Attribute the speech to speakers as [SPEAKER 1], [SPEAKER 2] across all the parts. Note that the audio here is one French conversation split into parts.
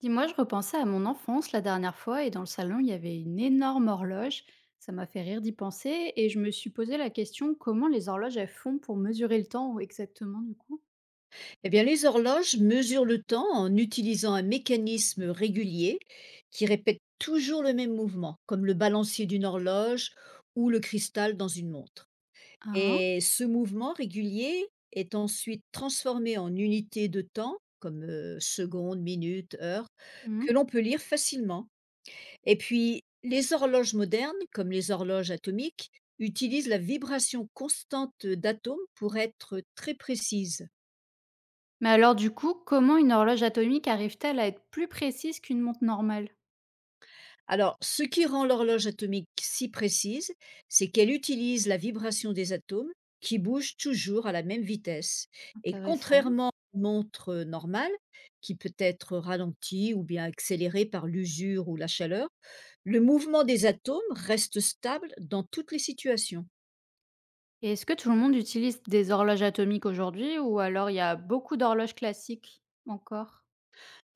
[SPEAKER 1] Dis-moi, je repensais à mon enfance la dernière fois et dans le salon, il y avait une énorme horloge. Ça m'a fait rire d'y penser et je me suis posé la question comment les horloges elles font pour mesurer le temps exactement du coup.
[SPEAKER 2] Eh bien, les horloges mesurent le temps en utilisant un mécanisme régulier qui répète toujours le même mouvement, comme le balancier d'une horloge ou le cristal dans une montre.
[SPEAKER 1] Ah.
[SPEAKER 2] Et ce mouvement régulier est ensuite transformé en unités de temps, comme secondes, minutes, heures,
[SPEAKER 1] Mhm.
[SPEAKER 2] que l'on peut lire facilement. Et puis, les horloges modernes, comme les horloges atomiques, utilisent la vibration constante d'atomes pour être très précises.
[SPEAKER 1] Mais alors du coup, comment une horloge atomique arrive-t-elle à être plus précise qu'une montre normale?
[SPEAKER 2] Alors, ce qui rend l'horloge atomique si précise, c'est qu'elle utilise la vibration des atomes qui bougent toujours à la même vitesse. Et
[SPEAKER 1] Intéressant.
[SPEAKER 2] contrairement à une montre normale, qui peut être ralentie ou bien accélérée par l'usure ou la chaleur, le mouvement des atomes reste stable dans toutes les situations.
[SPEAKER 1] Et est-ce que tout le monde utilise des horloges atomiques aujourd'hui ou alors il y a beaucoup d'horloges classiques encore?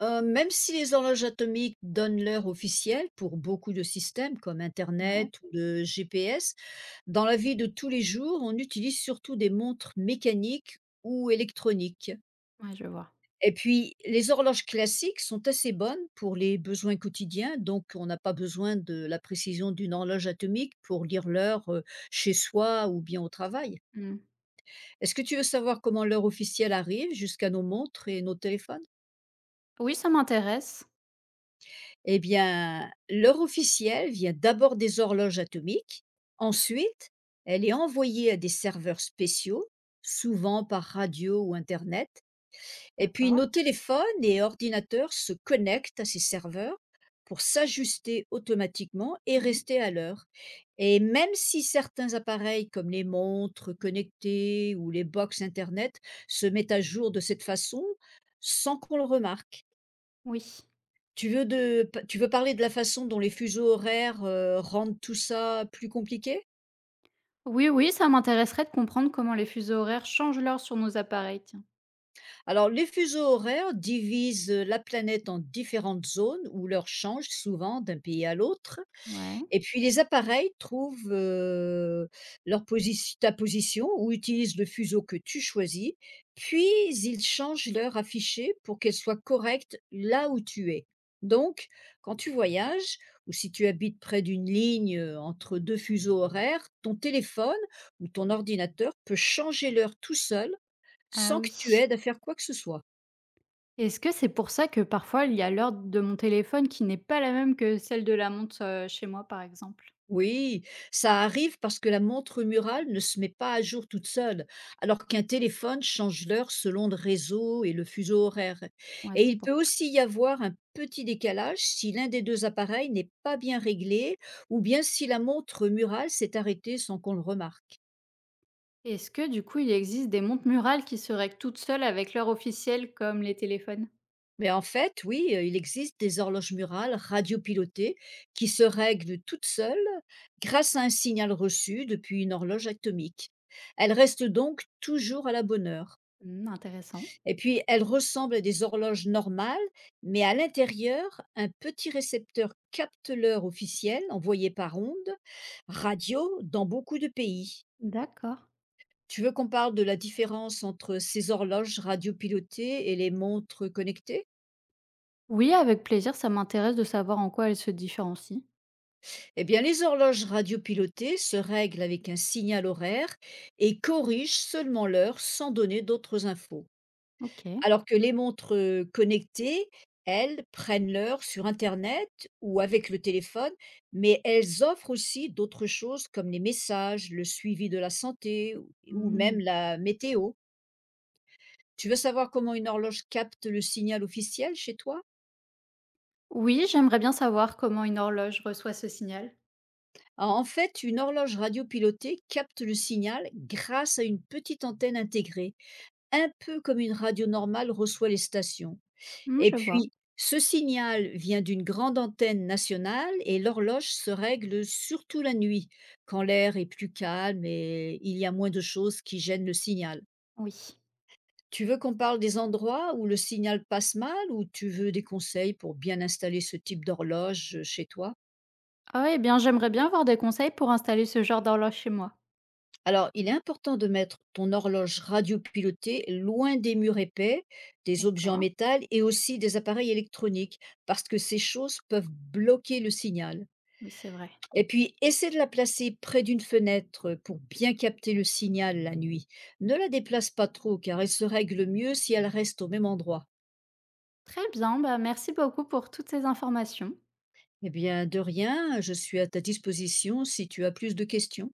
[SPEAKER 2] Même si les horloges atomiques donnent l'heure officielle pour beaucoup de systèmes comme
[SPEAKER 1] Ouais,
[SPEAKER 2] internet ou le GPS, dans la vie de tous les jours, on utilise surtout des montres mécaniques ou électroniques.
[SPEAKER 1] ouais, je vois.
[SPEAKER 2] Et puis les horloges classiques sont assez bonnes pour les besoins quotidiens, donc on n'a pas besoin de la précision d'une horloge atomique pour lire l'heure, chez soi ou bien au travail.
[SPEAKER 1] Mhm.
[SPEAKER 2] Est-ce que tu veux savoir comment l'heure officielle arrive jusqu'à nos montres et nos téléphones?
[SPEAKER 1] Oui, ça m'intéresse.
[SPEAKER 2] Eh bien, l'heure officielle vient d'abord des horloges atomiques. Ensuite, elle est envoyée à des serveurs spéciaux, souvent par radio ou Internet. Et puis,
[SPEAKER 1] D'accord.
[SPEAKER 2] nos téléphones et ordinateurs se connectent à ces serveurs pour s'ajuster automatiquement et
[SPEAKER 1] Mhm.
[SPEAKER 2] rester à l'heure. Et même si certains appareils comme les montres connectées ou les box Internet se mettent à jour de cette façon, sans qu'on le remarque,
[SPEAKER 1] Oui.
[SPEAKER 2] tu veux parler de la façon dont les fuseaux horaires, rendent tout ça plus compliqué?
[SPEAKER 1] Oui, oui, ça m'intéresserait de comprendre comment les fuseaux horaires changent l'heure sur nos appareils, tiens.
[SPEAKER 2] Alors les fuseaux horaires divisent, la planète en différentes zones où l'heure change souvent d'un pays à l'autre.
[SPEAKER 1] Ouais.
[SPEAKER 2] Et puis les appareils trouvent, leur position ta position ou utilisent le fuseau que tu choisis, puis ils changent l'heure affichée pour qu'elle soit correcte là où tu es. Donc quand tu voyages ou si tu habites près d'une ligne, entre 2 fuseaux horaires, ton téléphone ou ton ordinateur peut changer l'heure tout seul
[SPEAKER 1] Ah
[SPEAKER 2] sans
[SPEAKER 1] oui.
[SPEAKER 2] que tu aides à faire quoi que ce soit.
[SPEAKER 1] Est-ce que c'est pour ça que parfois il y a l'heure de mon téléphone qui n'est pas la même que celle de la montre chez moi, par exemple?
[SPEAKER 2] Oui, ça arrive parce que la montre murale ne se met pas à jour toute seule, alors qu'un téléphone change l'heure selon le réseau et le fuseau horaire.
[SPEAKER 1] Ouais,
[SPEAKER 2] Et
[SPEAKER 1] c'est
[SPEAKER 2] il
[SPEAKER 1] pour
[SPEAKER 2] peut
[SPEAKER 1] ça.
[SPEAKER 2] aussi y avoir un petit décalage si l'un des deux appareils n'est pas bien réglé ou bien si la montre murale s'est arrêtée sans qu'on le remarque.
[SPEAKER 1] Est-ce que du coup il existe des montres murales qui se règlent toutes seules avec l'heure officielle comme les téléphones?
[SPEAKER 2] Mais en fait, oui, il existe des horloges murales radiopilotées qui se règlent toutes seules grâce à un signal reçu depuis une horloge atomique. Elles restent donc toujours à la bonne heure.
[SPEAKER 1] Hmm, intéressant.
[SPEAKER 2] Et puis, elles ressemblent à des horloges normales, mais à l'intérieur, un petit récepteur capte l'heure officielle envoyée par onde radio dans beaucoup de pays.
[SPEAKER 1] D'accord.
[SPEAKER 2] Tu veux qu'on parle de la différence entre ces horloges radiopilotées et les montres connectées?
[SPEAKER 1] Oui, avec plaisir, ça m'intéresse de savoir en quoi elles se différencient.
[SPEAKER 2] Eh bien, les horloges radiopilotées se règlent avec un signal horaire et corrigent seulement l'heure sans donner d'autres infos.
[SPEAKER 1] Ok.
[SPEAKER 2] Alors que les montres, connectées, elles prennent l'heure sur internet ou avec le téléphone, mais elles offrent aussi d'autres choses comme les messages, le suivi de la santé ou
[SPEAKER 1] Hmm.
[SPEAKER 2] même la météo. Tu veux savoir comment une horloge capte le signal officiel chez toi?
[SPEAKER 1] Oui, j'aimerais bien savoir comment une horloge reçoit ce signal.
[SPEAKER 2] Ah, en fait, une horloge radiopilotée capte le signal grâce à une petite antenne intégrée, un peu comme une radio normale reçoit les stations.
[SPEAKER 1] Hmm,
[SPEAKER 2] Et
[SPEAKER 1] je vois.
[SPEAKER 2] puis, ce signal vient d'une grande antenne nationale et l'horloge se règle surtout la nuit, quand l'air est plus calme et il y a moins de choses qui gênent le signal.
[SPEAKER 1] Oui.
[SPEAKER 2] Tu veux qu'on parle des endroits où le signal passe mal ou tu veux des conseils pour bien installer ce type d'horloge chez toi?
[SPEAKER 1] Ah oui, eh bien, j'aimerais bien avoir des conseils pour installer ce genre d'horloge chez moi.
[SPEAKER 2] Alors, il est important de mettre ton horloge radiopilotée loin des murs épais, des objets en
[SPEAKER 1] D'accord.
[SPEAKER 2] métal et aussi des appareils électroniques, parce que ces choses peuvent bloquer le signal.
[SPEAKER 1] Oui, c'est vrai.
[SPEAKER 2] Et puis, essaie de la placer près d'une fenêtre pour bien capter le signal la nuit. Ne la déplace pas trop, car elle se règle mieux si elle reste au même endroit.
[SPEAKER 1] Très bien, bah, merci beaucoup pour toutes ces informations.
[SPEAKER 2] Eh bien, de rien, je suis à ta disposition si tu as plus de questions.